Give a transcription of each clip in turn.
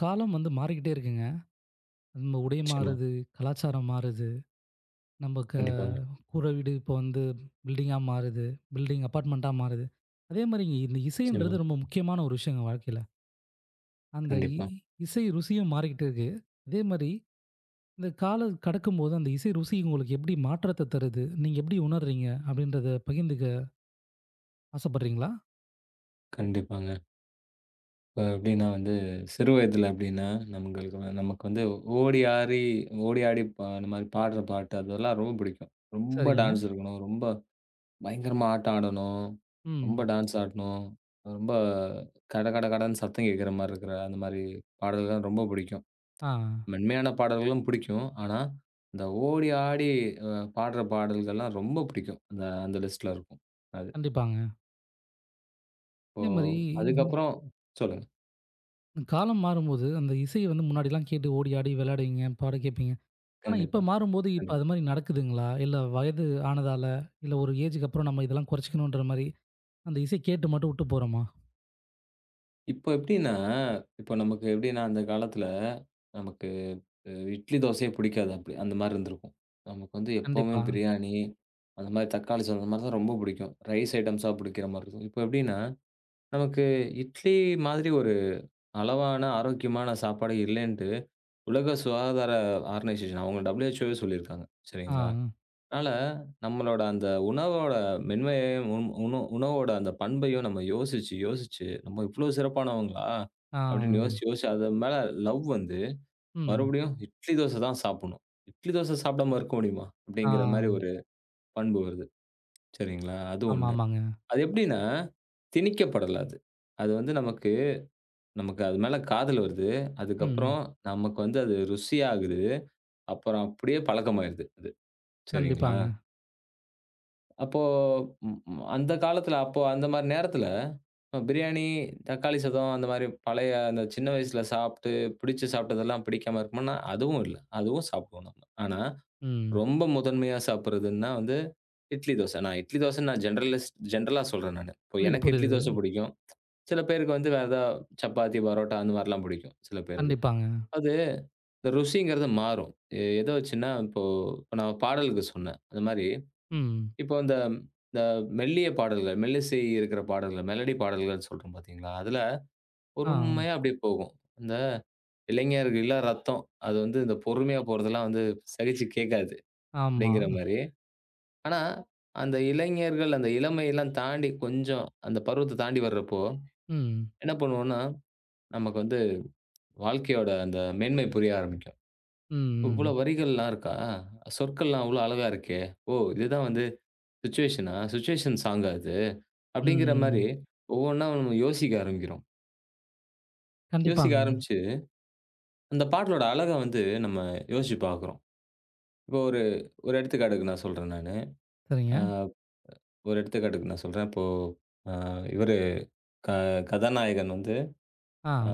காலம் வந்து மாறிக்கிட்டே இருக்குங்க. நம்ம உடை நிச்சயமா. மாறுது, கலாச்சாரம் மாறுது. நம்ம க கண்டிப்பாங்க. கூரை வீடு இப்போ வந்து பில்டிங்கா மாறுது. பில்டிங் அபார்ட்மெண்ட்டா மாறுது. அதே மாரிங்க இந்த நிச்சயமா. இசைன்றது ரொம்ப முக்கியமான ஒரு விஷயங்க வாழ்க்கையில. அந்த இ கண்டிப்பா. இசை ருசியும் மாறிக்கிட்டு இருக்கு. அதே மாரி இந்த காலம் கடக்கும்போது அந்த இசை ருசி உங்களுக்கு எப்படி மாற்றத்த தருது? நீங்க எப்படி உணர்றீங்க? அப்படின்றத பகிர்ந்துக்க ஆசைப்படுறீங்களா? கண்டிப்பாங்க. இப்ப எப்படின்னா வந்து, சிறு வயதில எப்படின்னா, நம்மங்களுக்கு வ நமக்கு வந்து ஓடி ஆடி ஓடி ஆடி அந்த மாரி பாடுற பாட்டு அதெல்லாம் ரொம்ப பிடிக்கும். ரொம்ப சரிங்க. டான்ஸ் இருக்கணும். ரொம்ப பயங்கரமா ஆட்டம் ஆடணும். ரொம்ப ம். டான்ஸ் ஆடணும். ரொம்ப கட கட கடன்னு சத்தம் கேட்கிற மாரி இருக்கிற, அந்த மாரி பாடல்கள்லாம் ரொம்ப பிடிக்கும். ஆ. மென்மையான பாடல்களும் பிடிக்கும். ஆனா, இந்த ஓடி ஆடி அ பாடுற பாடல்கள்லாம் ரொம்ப பிடிக்கும். அந்த அந்த லிஸ்ட்ல இருக்கும். அது. கண்டிப்பாங்க. இப்போ அதே மாரி அதுக்கப்புறம் சொல்லுங்க. காலம் மாறும்போது அந்த இசைய வந்து முன்னாடிலாம் கேட்டு ஓடி ஆடி விளையாடுவீங்க, பாட கேட்பீங்க. ஆனா, இப்ப கண்டிப்பா, மாறும்போது, இப்ப கண்டிப்பா. அது மாரி நடக்குதுங்களா? இல்ல வயது ஆனதால, இல்ல ஒரு ஏஜுக்கு அப்புறம் நம்ம இதெல்லாம் குறைச்சுக்கணுன்ற மாரி, அந்த இசை கேட்டு மட்டும் விட்டு போறோமா? இப்போ எப்படின்னா, இப்போ நமக்கு எப்படின்னா, அந்த காலத்தில நமக்கு இட்லி, தோசையே பிடிக்காது அப்படி. அந்த மாரி இருந்திருக்கும். நமக்கு வந்து எப்பவுமே கண்டிப்பா. பிரியாணி, அந்த மாரி தக்காளி சாதம், அந்த மாரி தான் ரொம்ப பிடிக்கும். ரைஸ் ஐட்டம்ஸா பிடிக்கிற மாரி இருக்கும். இப்போ எப்படின்னா, நமக்கு இட்லி மாதிரி ஒரு அளவான, ஆரோக்கியமான சாப்பாடு இல்லைன்ட்டு, உலக சுகாதார ஆர்கனைசேஷன் அவங்க WHO வே சொல்லியிருக்காங்க. ஆ, சரிங்களா? அதனால நம்மளோட அந்த உணவோட மென்மையையும், உண் உண உணவோட அந்த பண்பையும் நம்ம யோசிச்சு, யோசிச்சு நம்ம இவ்ளோ சிறப்பானவங்களா? ஆ, அப்படின்னு யோசிச்சு, யோசிச்சு அது மேல லவ் வந்து ம். மறுபடியும் இட்லி தோசை தான் சாப்பிடணும். இட்லி தோசை சாப்பிடாம இருக்க முடியுமா? ஆ, அப்படிங்கிற மாரி ஒரு பண்பு வருது. சரிங்களா? அது ஆமா, ஒண்ணு. ஆமாங்க. அது எப்படின்னா, திணிக்கப்படல அது. அது வந்து நமக்கு நமக்கு அது மேல காதல் வருது. ம். அதுக்கப்புறம் நமக்கு வந்து அது ருசியாகுது. அப்புறம் அப்படியே பழக்கமாயிடுது அது. சரிங்களா? கண்டிப்பாங்க. அப்போ ம் ம் அந்த காலத்துல அப்போ அந்த மாரி நேரத்துல, பிரியாணி, தக்காளி சாதம் அந்த மாரி பழைய அந்த சின்ன வயசுல சாப்ட்டு, பிடிச்சு சாப்ட்டதெல்லாம் பிடிக்காம இருக்குமான்னா, அதுவும் இல்ல. அதுவும் சாப்பிடுவோம் நம்ம. ஆனா, ம். ரொம்ப முதன்மையா சாப்பிடுறதுன்னா வந்து இட்லி, தோசை. நான் ஜெனரலிஸ்ட் ஜெனரலா சொல்றேன் நானு. இப்போ புரியுது, எனக்கு இட்லி புரியுது. தோசை பிடிக்கும். சில பேருக்கு வந்து வேற ஏதா சப்பாத்தி, பரோட்டா அந்த மாரிலாம் பிடிக்கும் சில பேருக்கு. கண்டிப்பாங்க. அது இந்த ருசிங்கிறது மாறும். எத வச்சுன்னா, இப்போ இப்ப நான் பாடலுக்கு சொன்னேன். அந்த மாரி ம். இப்போ இந்த இந்த மெல்லிய பாடல்கள், மெல்லிசை இருக்கிற பாடல்கள், மெலடி பாடல்கள்ன்னு சொல்றோம் பார்த்தீங்களா? அதுல ஆ, பொறுமையா அப்படியே போகும். இந்த இளைஞர்கள் இளம் ரத்தம். அது வந்து இந்த பொறுமையா போறதெல்லாம் வந்து சகிச்சு கேட்காது ஆமா. அப்படிங்கிற மாரி. ஆனா, அந்த இளைஞர்கள் அந்த இளமையெல்லாம் தாண்டி கொஞ்சம் அந்த பருவத்த தாண்டி வர்றப்போ, ம். என்ன பண்ணுவோம்னா, நமக்கு வந்து வாழ்க்கையோட அந்த மேன்மை புரிய ஆரம்பிக்கும். ம், இவ்வளோ ம். வரிகள்லாம் இருக்கா? சொற்கள்லாம் இவ்வளோ அழகா இருக்கே! ஓ! இதுதான் வந்து சிச்சுவேஷனா? சிச்சுவேஷன் சாங்கா இது? அப்படிங்கிற மாரி, ம். ஒவ்வொன்னா நம்ம யோசிக்க ஆரம்பிக்கிறோம். யோசிக்க கண்டிப்பாங்க. ஆரம்பிச்சு, அந்த பாட்டலோட அழக வந்து நம்ம யோசிச்சு பார்க்குறோம். இப்போ ஒரு ஒரு எடுத்துக்காட்டுக்கு நான் சொல்றேன் நானு. சரிங்க. அ ஒரு எடுத்துக்காட்டுக்கு நான் சொல்றேன். இப்போ அ இவரு க கதாநாயகன் வந்து ஆ. அ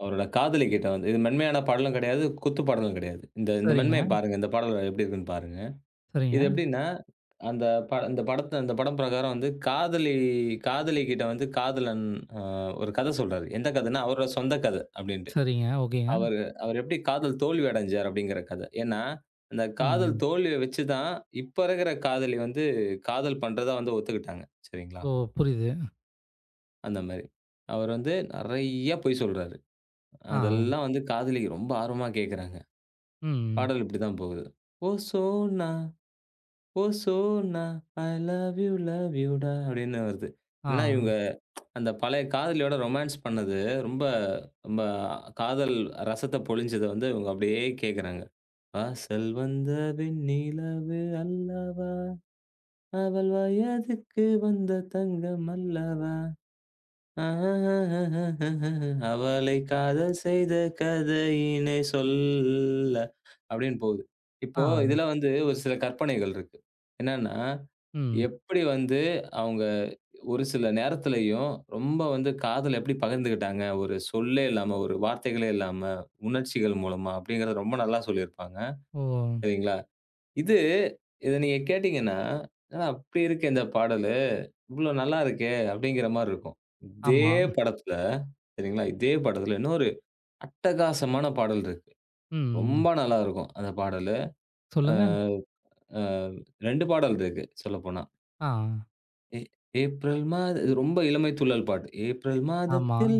அவரோட காதலி கிட்ட வந்து இது மென்மையான பாடலும் கிடையாது, குத்து பாடலும் கிடையாது. இந்த இந்த மென்மைய சரிங்க, பாருங்க. இந்த பாடல் எப்படி இருக்குன்னு பாருங்க. சரிங்க, இது எப்படின்னா, அந்த இந்த படம் பிரகாரம் வந்து காதலி காதலி கிட்ட வந்து காதலன் அ ஒரு கத சொல்றாரு. எந்த கதைன்னா, அவரோட சொந்த கத அப்படின்ற சரிங்க. ஓகேங்க. அவரு அவரு எப்படி காதல் தோல்வி அடைஞ்சார் அப்படிங்கிற கதை. ஏன்னா, அந்த காதல் ம். தோல்விய வச்சு தான் இப்ப இருக்கிற காதலி வந்து காதல் பண்றதா வந்து ஒத்துக்கிட்டாங்க. சரிங்களா? ஓ! புரியுது. அந்த மாரி. அவர் வந்து நெறைய பொய் சொல்றாரு. ஆ, அதெல்லாம் வந்து காதலி ரொம்ப ஆர்வமா கேட்கறாங்க. ம். பாடல் இப்படிதான் போகுது. "ஓ சோனா, ஓ சோனா, I love you love you டா" அப்படின்னு வருது. ஆ, ஏன்னா இவங்க அந்த பழைய காதலியோட ரொமான்ஸ் பண்ணது ரொம்ப ரொம்ப காதல் ரசத்த பொழிஞ்சத வந்து இவங்க அப்படியே கேட்கறாங்க. வாசல் வந்த வெண்ணிலவு அல்லவா, அவள் வயதுக்கு வந்த தங்கம் அல்லவா, அவளை காதல் செய்த கதையினை சொல்ல, அப்படின்னு போகுது. ஆ, இப்போ இதுல வந்து ஒரு சில கற்பனைகள் இருக்கு. என்னன்னா, ம். எப்படி வந்து அவங்க ஒரு சில நேரத்துலயும் ரொம்ப வந்து காதல எப்படி பகிர்ந்துக்கிட்டாங்க, ஒரு சொல்லே இல்லாம, ஒரு வார்த்தைகளே இல்லாம, உணர்ச்சிகள் மூலமா அப்படிங்கிறத ரொம்ப நல்லா சொல்லியிருப்பாங்க. ஓ! சரிங்களா? இது இத நீங்க கேட்டீங்கன்னா, "என்னடா அப்படி இருக்கே இந்த பாடலு, இவ்ளோ நல்லா இருக்கே!" அப்படிங்கிற மாரி இருக்கும். இதே ஆமா. படத்துல சரிங்களா, இதே படத்துல இன்னொரு அட்டகாசமான பாடல் இருக்கு. ம். ரொம்ப நல்லாருக்கும் அந்த பாடலு. அ சொல்லுங்க. அ 2 பாடல் இருக்கு சொல்லப்போனா. ஆ. ஏ ஏப்ரல் மாத இது ரொம்ப இளமை துள்ளல் பாட்டு. ஏப்ரல் ஆமா. மாதத்தில்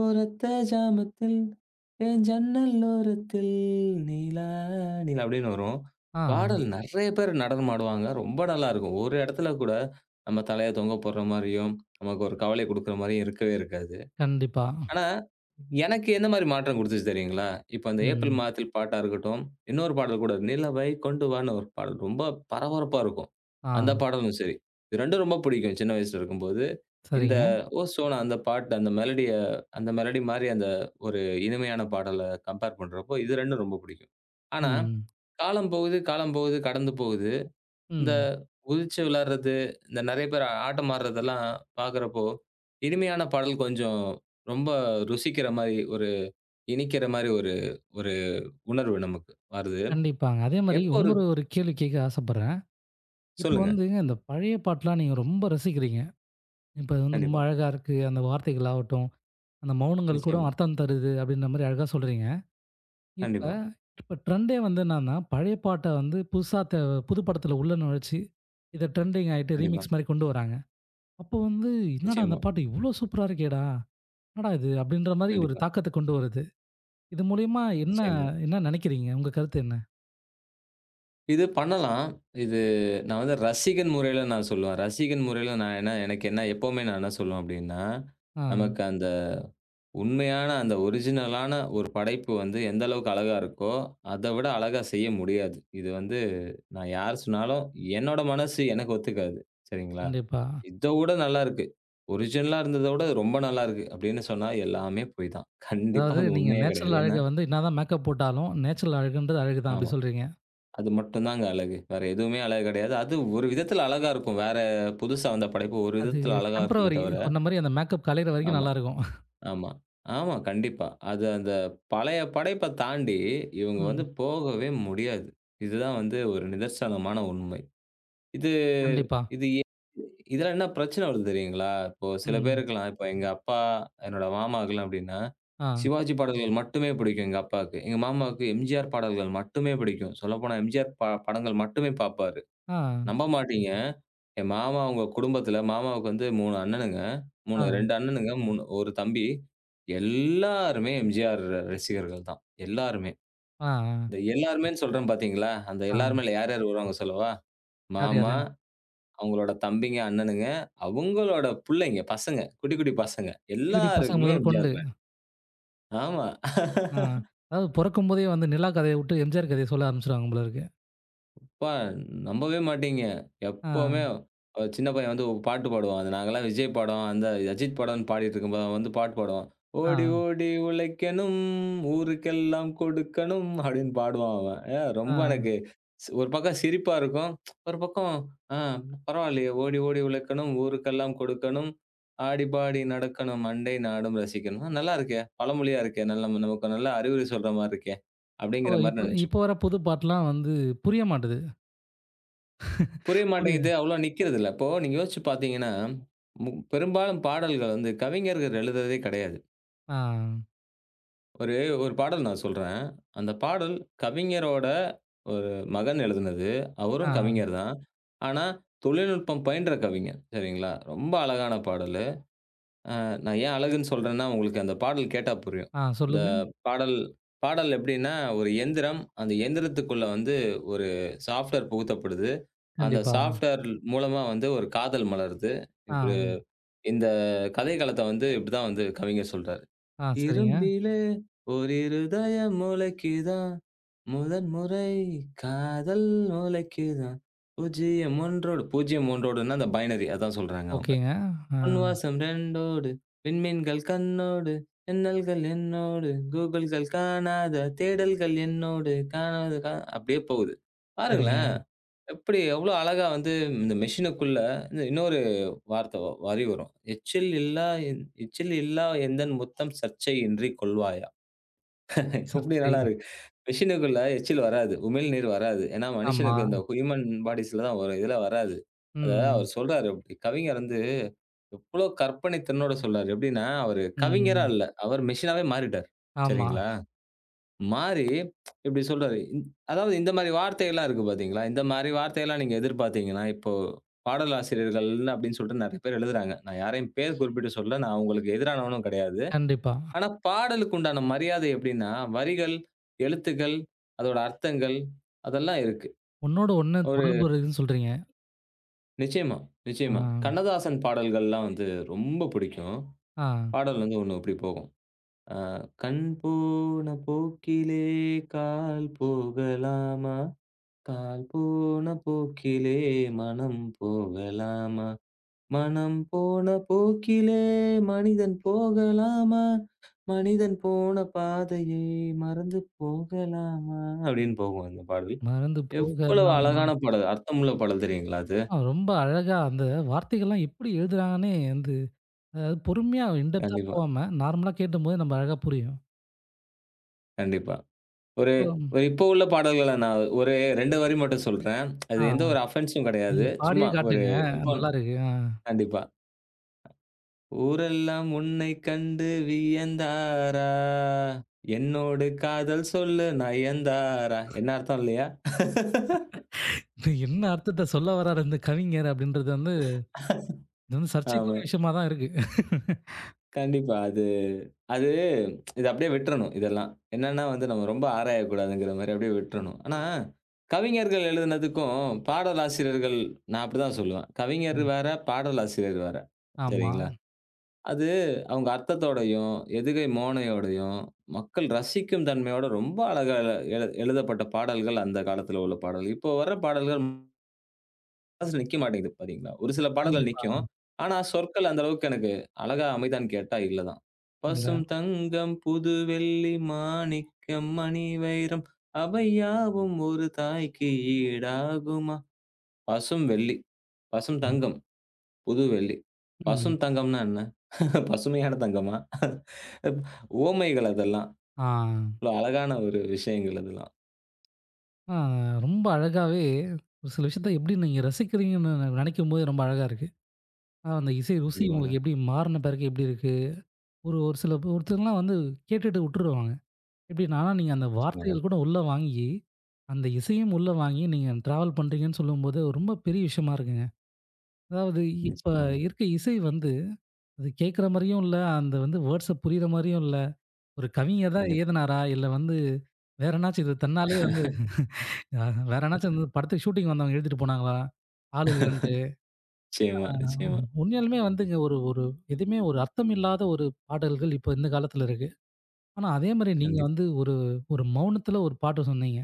ஓரத்த ஜாமத்தில் என் ஜன்னல் ஓரத்தில் நிலா நிலா அப்படின்னு வரும். ஆ. பாடல் நெறைய பேர் நடனம் ஆடுவாங்க. ரொம்ப நல்லாருக்கும். ஒரு இடத்துல கூட நம்ம தலைய தொங்க போடுற மாரியும், நமக்கு ஒரு கவலைய குடுக்குற மாரியும் இருக்கவே இருக்காது. கண்டிப்பா. ஆனா, எனக்கு எந்த மாரி மாற்றம் குடுத்துச்சு தெரியுங்களா? இப்ப அந்த ம். ஏப்ரல் மாதத்தில் பாட்டா இருக்கட்டும், இன்னொரு பாடல் கூட "நிலவை கொண்டு வான்னு" ஒரு பாடல் ரொம்ப பரபரப்பா இருக்கும். அந்த ஆ. பாடலும் சரி. இது 2ம் ரொம்ப பிடிக்கும் சின்ன வயசுல இருக்கும்போது. இந்த சரிங்க. ஓசோன் அந்த பாட்டு அந்த மெலடி மாரி அந்த ஒரு இனிமையான பாடல கம்பேர் பண்றப்போ, இது 2ம் ரொம்ப பிடிக்கும். ஆனா, ம். காலம் போகுது, கடந்து போகுது. இந்த ம். குதிச்சு விளையாடுறது, இந்த நெறைய பேர் ஆட்டம் ஆடுறதெல்லாம் பார்க்குறப்போ, இனிமையான பாடல் கொஞ்சம் ரொம்ப ருசிக்கிற மாரி, ஒரு இனிக்கிற மாரி ஒரு ஒரு உணர்வு நமக்கு வருது. கண்டிப்பாங்க. அதே மாரி எப்போ ஒரு இன்னொரு ஒரு கேள்வி கேட்க ஆசைப்படுறேன். இப்ப சொல்லுங்க. வந்துங்க இந்த பழைய பாட்டுலாம் நீங்க ரொம்ப ரசிக்கிறீங்க. இப்ப அது வந்து ரொம்ப கண்டிப்பா. அழகா இருக்கு. அந்த வார்த்தைகள் ஆகட்டும், அந்த மௌனங்கள் கூட நிச்சயமா. அர்த்தம் தருது அப்படின்ற மாரி அழகா சொல்றீங்க. இப்ப கண்டிப்பா. இப்ப ட்ரெண்டே வந்து என்னன்னா, பழைய பாட்ட வந்து புதுசா த புது படத்துல உள்ள நுழைச்சு, இத ட்ரெண்டிங் ஆயிட்டு கண்டிப்பா. ரீமிக்ஸ் மாரி கொண்டு வராங்க. அப்போ வந்து, "என்னடா இந்த நிச்சயமா. பாட்டு இவ்ளோ சூப்பரா இருக்கேடா! என்னடா இது?" அப்படின்ற மாரி ஒரு கண்டிப்பா. தாக்கத்த கொண்டு வருது. இது மூலியமா என்ன நிச்சயமா. என்ன நெனைக்கிறீங்க? உங்க கருத்து என்ன? இது பண்ணலாம். இது நான் வந்து ரசிகன் முறையில நான் சொல்லுவேன். ரசிகன் முறையில நான் என்ன எனக்கு என்ன எப்பவுமே நான் என்ன சொல்லுவேன் அப்டின்னா, ஆ, நமக்கு அந்த உண்மையான அந்த ஒரிஜினலான ஒரு படைப்பு வந்து எந்த அளவுக்கு அழகா இருக்கோ, அத விட அழகா செய்ய முடியாது. இது வந்து நான் யார் சொன்னாலும் என்னோட மனசு எனக்கு ஒத்துக்காது. சரிங்களா? கண்டிப்பா. இத விட நல்லாருக்கு. ஒரிஜினலா இருந்தத விட ரொம்ப நல்லாருக்கு அப்படின்னு சொன்னா எல்லாமே பொய் தான். கண்டிப்பா அதாவது அது நீங்க உண்மையே கிடையாது. நேச்சுரல் ஏன்னா அழக வந்து என்னாதான் மேக்கப் போட்டாலும், நேச்சுரல் அழகுன்றது அழகு தான் ஆமா. அப்படி சொல்றீங்க. அது மட்டும் தாங்க அழகு. வேற எதுவுமே அழகு கிடையாது. அது ஒரு விதத்துல அழகா இருக்கும். வேற புதுசா வந்த படைப்பு ஒரு அது விதத்துல அழகா இருக்குமே டெம்பரவரி தவிர சொன்ன மாரி அந்த மேக்கப் கலையிற வரைக்கும் ஆமா. நல்லாருக்கும். ஆமா. ஆமா. கண்டிப்பா. அது அந்த பழைய படைப்ப தாண்டி, இவங்க வந்து ம். போகவே முடியாது. இதுதான் வந்து ஒரு நிதர்சனமான உண்மை. இது கண்டிப்பா. இது எ இதில என்ன பிரச்சனை வருது தெரியுங்களா? இப்போ சில ம். பேருக்கலாம், இப்போ எங்க அப்பா, என்னோட மாமாவுக்குலாம் எப்படின்னா, ஆ, சிவாஜி பாடல்கள் மட்டுமே பிடிக்கும் எங்க அப்பாவுக்கு. எங்க மாமாவுக்கு எம்ஜிஆர் பாடல்கள் மட்டுமே பிடிக்கும். சொல்லப்போனா எம்ஜிஆர் படங்கள் மட்டுமே பார்ப்பாரு. ஆ, நம்ப மாட்டீங்க. என் மாமா அவங்க குடும்பத்தில மாமாவுக்கு வந்து 3 அண்ணனுங்க. ஆ, 3 2 அண்ணனுங்க, 3 1 தம்பி. எல்லாருமே எம்ஜிஆர் ரசிகர்கள் தான். எல்லாருமே. ஆ, இந்த எல்லாருமேன்னு சொல்றேன் பார்த்தீங்களா? அந்த ஆ, ஆ. எல்லாருமேல யார் யார் வருவாங்க சொல்லவா? யார் மாமா, யாரு? அவங்களோட தம்பிங்க, அண்ணனுங்க, அவங்களோட புள்ளைங்க, பசங்க, குட்டி குட்டி பசங்க டிவிடி பசங்க எல்லாருக்குமே முதல் கொண்டு. MGR fan. ஆமா. ஆ. அதாவது பொறக்கும்போதே வந்து நிலா கதைய விட்டு எம்ஜிஆர் கதைய சொல்ல ஆரம்பிச்சுருவாங்க போல இருக்கு. அப்பா நம்பவே மாட்டீங்க. எப்பவுமே ஆ, சின்ன பையன் வந்து ஒரு பாட்டு பாடுவான். அது நாங்கலாம் விஜய் படம், அந்த அஜித் படம்ன்னு பாடிட்டு இருக்கும்போது அவன் வந்து பாட்டு பாடுவான். ஆ, "ஓடி ஓடி உழைக்கணும், ஊருக்கெல்லாம் கொடுக்கணும்" அப்படின்னு பாடுவான் அவன். ஆ. ரொம்ப எனக்கு ஒரு பக்கம் சிரிப்பா இருக்கும். ஒரு பக்கம் ஆ பரவாயில்லையே, ஓடி ஓடி உழைக்கணும், ஊருக்கெல்லாம் கொடுக்கணும், ஆடி பாடி நடக்கணும், அண்டை நாடும் ரசிக்கணும். ஆ, நல்லா இருக்கே! பழமொழியா இருக்கே! நமக்கு நல்ல அறிவுரை சொல்ற மாரி இருக்கே! ஓ! அப்படிங்கிற மாரி இப்ப இப்ப நினைச்சுப்போம். வர புது பாட்டுலாம் வந்து புரிய மாட்டுது. புரிய புரிய மாட்டேங்குது. அவ்வளவா நிக்கிறதில்ல. இப்போ நீங்க யோசிச்சு பார்த்தீங்கன்னா, பெரும்பாலும் பாடல்கள் வந்து கவிஞர்கள் எழுதுறதே கிடையாது. ஆ, ஒரு ஒரு பாடல் நான் சொல்றேன். அந்த பாடல் கவிஞரோட ஒரு மகன் எழுதுனது. ஆ, அவரும் கவிஞர் தான். ஆனா தொழில்நுட்பம் பயின்ற கவிஞர். சரிங்களா? ரொம்ப அழகான பாடல். அ நான் ஏன் அழகுன்னு சொல்றேன்னா, உங்களுக்கு அந்த பாடல் கேட்டா புரியும். ஆ இந்த சொல்லுங்க. பாடல் பாடல் எப்படின்னா, ஒரு எந்திரம். அந்த எந்திரத்துக்குள்ள வந்து ஒரு சாஃப்ட்வேர் புகுத்தப்படுது. அந்த கண்டிப்பா. சாஃப்ட்வேர் மூலமா வந்து ஒரு காதல் மலருது. ஆ, இப்படி இந்த கதை களத்த வந்து இப்படிதான் வந்து கவிஞர் சொல்றாரு. ஆ சரிங்க. "இரும்பிலே ஒரு இருதயம் முளைக்குதாம், முதன் முறை காதல் முளைக்குதாம், பூஜ்ஜியம் ஒன்றோடு" பூஜ்ஜியம் ஒன்றோடுன்னா அந்த பைனரி அதான் சொல்றாங்க அவங்க. ஓகேங்க. ஆ பொன் வாசம் ரெண்டோடு, விண்மீன்கள் கண்ணோடு, மின்னல்கள் என்னோடு, கூகுள்கள் காணாத தேடல்கள் என்னோடு, காணாத கா அப்படியே போகுது. சரிங்க. பாருங்களேன்! எப்படி எவ்வளோ அழகா வந்து இந்த மெஷினுக்குள்ள இந்த இன்னொரு வார்த்தை வ வரி வரும். "எச்சில் இல்லா என் எச்சில் இல்லா எந்தன் முத்தம் சர்ச்சை இன்றி கொள்வாயா?" சரி, எப்படி சரி. நல்லா இருக்கு. மெஷினுக்குள்ள எச்சில் வராது. உமிழ்நீர் வராது. ஏன்னா ஆமா. மனுஷனுக்கு இந்த ஹியூமன் பாடிஸ்ல தான் வரும். இதுல வராது. அத ம், அவர் சொல்றாரு அப்படி. கவிஞர் வந்து எவ்ளோ கற்பனைத்திறனோட சொல்றாரு. எப்படின்னா, அவரு கவிஞரா ம். இல்ல. அவர் மெஷினாவே மாறிட்டாரு. ஆமா. சரிங்களா? மாறி இப்படி சொல்றாரு. அதாவது இந்த மாரி வார்த்தைகள்லாம் இருக்கு பார்த்தீங்களா? இந்த மாரி வார்த்தையெல்லாம் நீங்க எதிர்பார்த்தீங்கன்னா, இப்போ பாடலாசிரியர்கள் அப்படின்னு சொல்லிட்டு நெறைய பேர் எழுதுறாங்க. நான் யாரையும் பேர் குறிப்பிட்டு சொல்லல. நான் உங்களுக்கு எதிரானவனும் கிடையாது. கண்டிப்பா. ஆனா பாடலுக்கு உண்டான மரியாதை எப்படின்னா, வரிகள், எழுத்துக்கள், அதோட அர்த்தங்கள் அதெல்லாம் இருக்கு. ஒண்ணோட ஒண்ணு ஒரு தொடர்பு இருக்குதுன்னு சொல்றீங்க. நிச்சயமா, ஆ, நிச்சயமா. கண்ணதாசன் பாடல்கள்லாம் வந்து ரொம்ப பிடிக்கும். ஆ. பாடல் வந்து ஒண்ணு இப்படி போகும். அ "கண் போன போக்கிலே கால் போகலாமா? கால் போன போக்கிலே மனம் போகலாமா? மனம் போன போக்கிலே மனிதன் போகலாமா? மனிதன் போன பாதையை மறந்து போகலாமா?" அப்படின்னு போகும் அந்த பாடல். மறந்து எவ்வளவு போகலாமா? அழகான பாடல்! அர்த்தமுள்ள பாடல் தெரியுங்களா அது? ஆ ரொம்ப அழகா அந்த வார்த்தைகள்லாம் எப்படி எழுதுறாங்கன்னே வந்து அதாவது பொறுமையா இன் டெப்த்தா கண்டிப்பா, போகாம நார்மலா கேட்டும்போது நம்ம அழகா புரியும். கண்டிப்பா. ஒரு இப்போ ஒரு இப்போ உள்ள பாடல்கள நான் ஒரு 2 வரி மட்டும் சொல்றேன். ஆ அது எந்த ஒரு அஃபென்ஸும் கிடையாது. நீங்க பாடியே சும்மா ஒரு காட்டுங்க. இப்போ நல்லாருக்கு. ஆ. கண்டிப்பா. "ஊரெல்லாம் உன்னை கண்டு வியந்தாரா, என்னோடு காதல் சொல்ல நயந்தாரா" என்ன அர்த்தம் இல்லையா? என்ன அர்த்தத்த சொல்ல வராரு இந்த கவிஞர் அப்படின்றது வந்து, இது வந்து ஆமா. சர்ச்சைக்குரிய விஷயமா தான் இருக்கு. கண்டிப்பா. அது அது இத அப்படியே விட்றணும் இதெல்லாம். என்னன்னா வந்து நம்ம ரொம்ப ஆராயக்கூடாதுங்கிற மாரி அப்படியே விட்றணும். ஆனா, கவிஞர்கள் எழுதினதுக்கும், பாடலாசிரியர்கள் நான் அப்படிதான் சொல்லுவேன். கவிஞர் ம். வேற, பாடலாசிரியர் வேற. ஆமா. சரிங்களா? அது அவங்க அர்த்தத்தோடையும், எதுகை மோனையோடையும், மக்கள் ரசிக்கும் தன்மையோட ரொம்ப அழகா எழு எழு- எழுதப்பட்ட பாடல்கள் அந்த காலத்துல உள்ள பாடல். இப்போ வர பாடல்கள் மனசுல நிக்க மாட்டேங்குது பார்த்தீங்களா? ஒரு சில பாடல்கள் கண்டிப்பா. நிக்கும். ஆனா சொற்கள் அந்த அளவுக்கு எனக்கு அழகா அமைதான்னு கேட்டா இல்ல தான். இல்ல. பசும் தங்கம், புது வெள்ளி, மாணிக்கம், மணி வைரம், அவை யாவும் ஒரு தாய்க்கு ஈடாகுமா? பசும் வெள்ளி, பசும் ம். தங்கம். புது வெள்ளி. ம். பசும் தங்கம்னா என்ன? பசுமையான தங்கமா? உவமைகள் அதெல்லாம். ஆ. இவ்ளோ அழகான ஒரு விஷயங்கள் அதெல்லாம். ஆ ரொம்ப அழகாவே ஒரு சில விஷயத்த எப்படி நீங்க ரசிக்கிறீங்கன்னு நெனைக்கும்போது ரொம்ப அழகா இருக்கு. ஆ அந்த இசை ருசி கண்டிப்பாங்க. உங்களுக்கு எப்படி மாறுன பிறகு எப்படி இருக்கு? ஒரு ஒரு சில ஒருத்தர்லாம் வந்து கேட்டுட்டு உட்டுருவாங்க. எப்படின்னா நீங்க அந்த நிச்சயமாங்க, வார்த்தைகள் கூட உள்ள வாங்கி, அந்த இசையும் உள்ள வாங்கி நீங்க டிராவல் பண்றீங்கன்னு சொல்லும்போது, ரொம்ப பெரிய விஷயமா இருக்குங்க. அதாவது இப்ப நிச்சயமாங்க. இருக்க இசை வந்து அது கேட்குற மாரியும் இல்ல. அந்த வந்து வேர்ட்ஸ புரியிற மாரியும் இல்ல. ஒரு கவிஞர் தான் கண்டிப்பா. எழுதுனாரா? இல்ல வந்து வேற என்னாச்சும் இது தன்னாலயே வந்து வேற என்னாச்சும் இந்த படத்துக்கு ஷூட்டிங் வந்தவங்க எழுதிட்டு போனாங்களா? ஆள் இல்லன்ட்டு. ஆ நிச்சயமா, நிச்சயமா. உண்மையாலுமே வந்துங்க ஒரு ஒரு எதுவுமே ஒரு அர்த்தம் இல்லாத ஒரு பாடல்கள் இப்ப இந்த காலத்துல இருக்கு. ஆனா அதே மாரி நீங்க கண்டிப்பா. வந்து ஒரு ஒரு மௌனத்துல ஒரு பாட்டு சொன்னீங்க.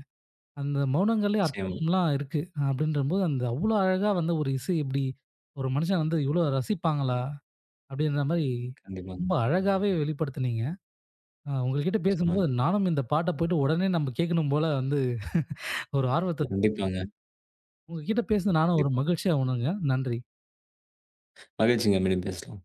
அந்த மௌனங்கள்லயே நிச்சயமா. அர்த்தம்லாம் இருக்கு. அப்படின்றபோது அந்த அவ்வளோ அழகா வந்து ஒரு இசை இப்படி ஒரு மனுஷன் வந்து இவ்வளோ ரசிப்பாங்களா? அப்படின்ற மாரி கண்டிப்பாங்க. ரொம்ப அழகாவே வெளிப்படுத்துனீங்க. ஆ உங்ககிட்ட பேசும்போது நிச்சயமாங்க. நானும் இந்த பாட்ட போயிட்டு உடனே நம்ம கேட்கணும் போல வந்து ஒரு ஆர்வத்த கண்டிப்பாங்க. உங்ககிட்ட பேசுனது நானும் ஒரு கண்டிப்பா. மகிழ்ச்சியா உணர்ங்க. நன்றி. மகிழ்ச்சிங்க. மீண்டும் பேசலாம்.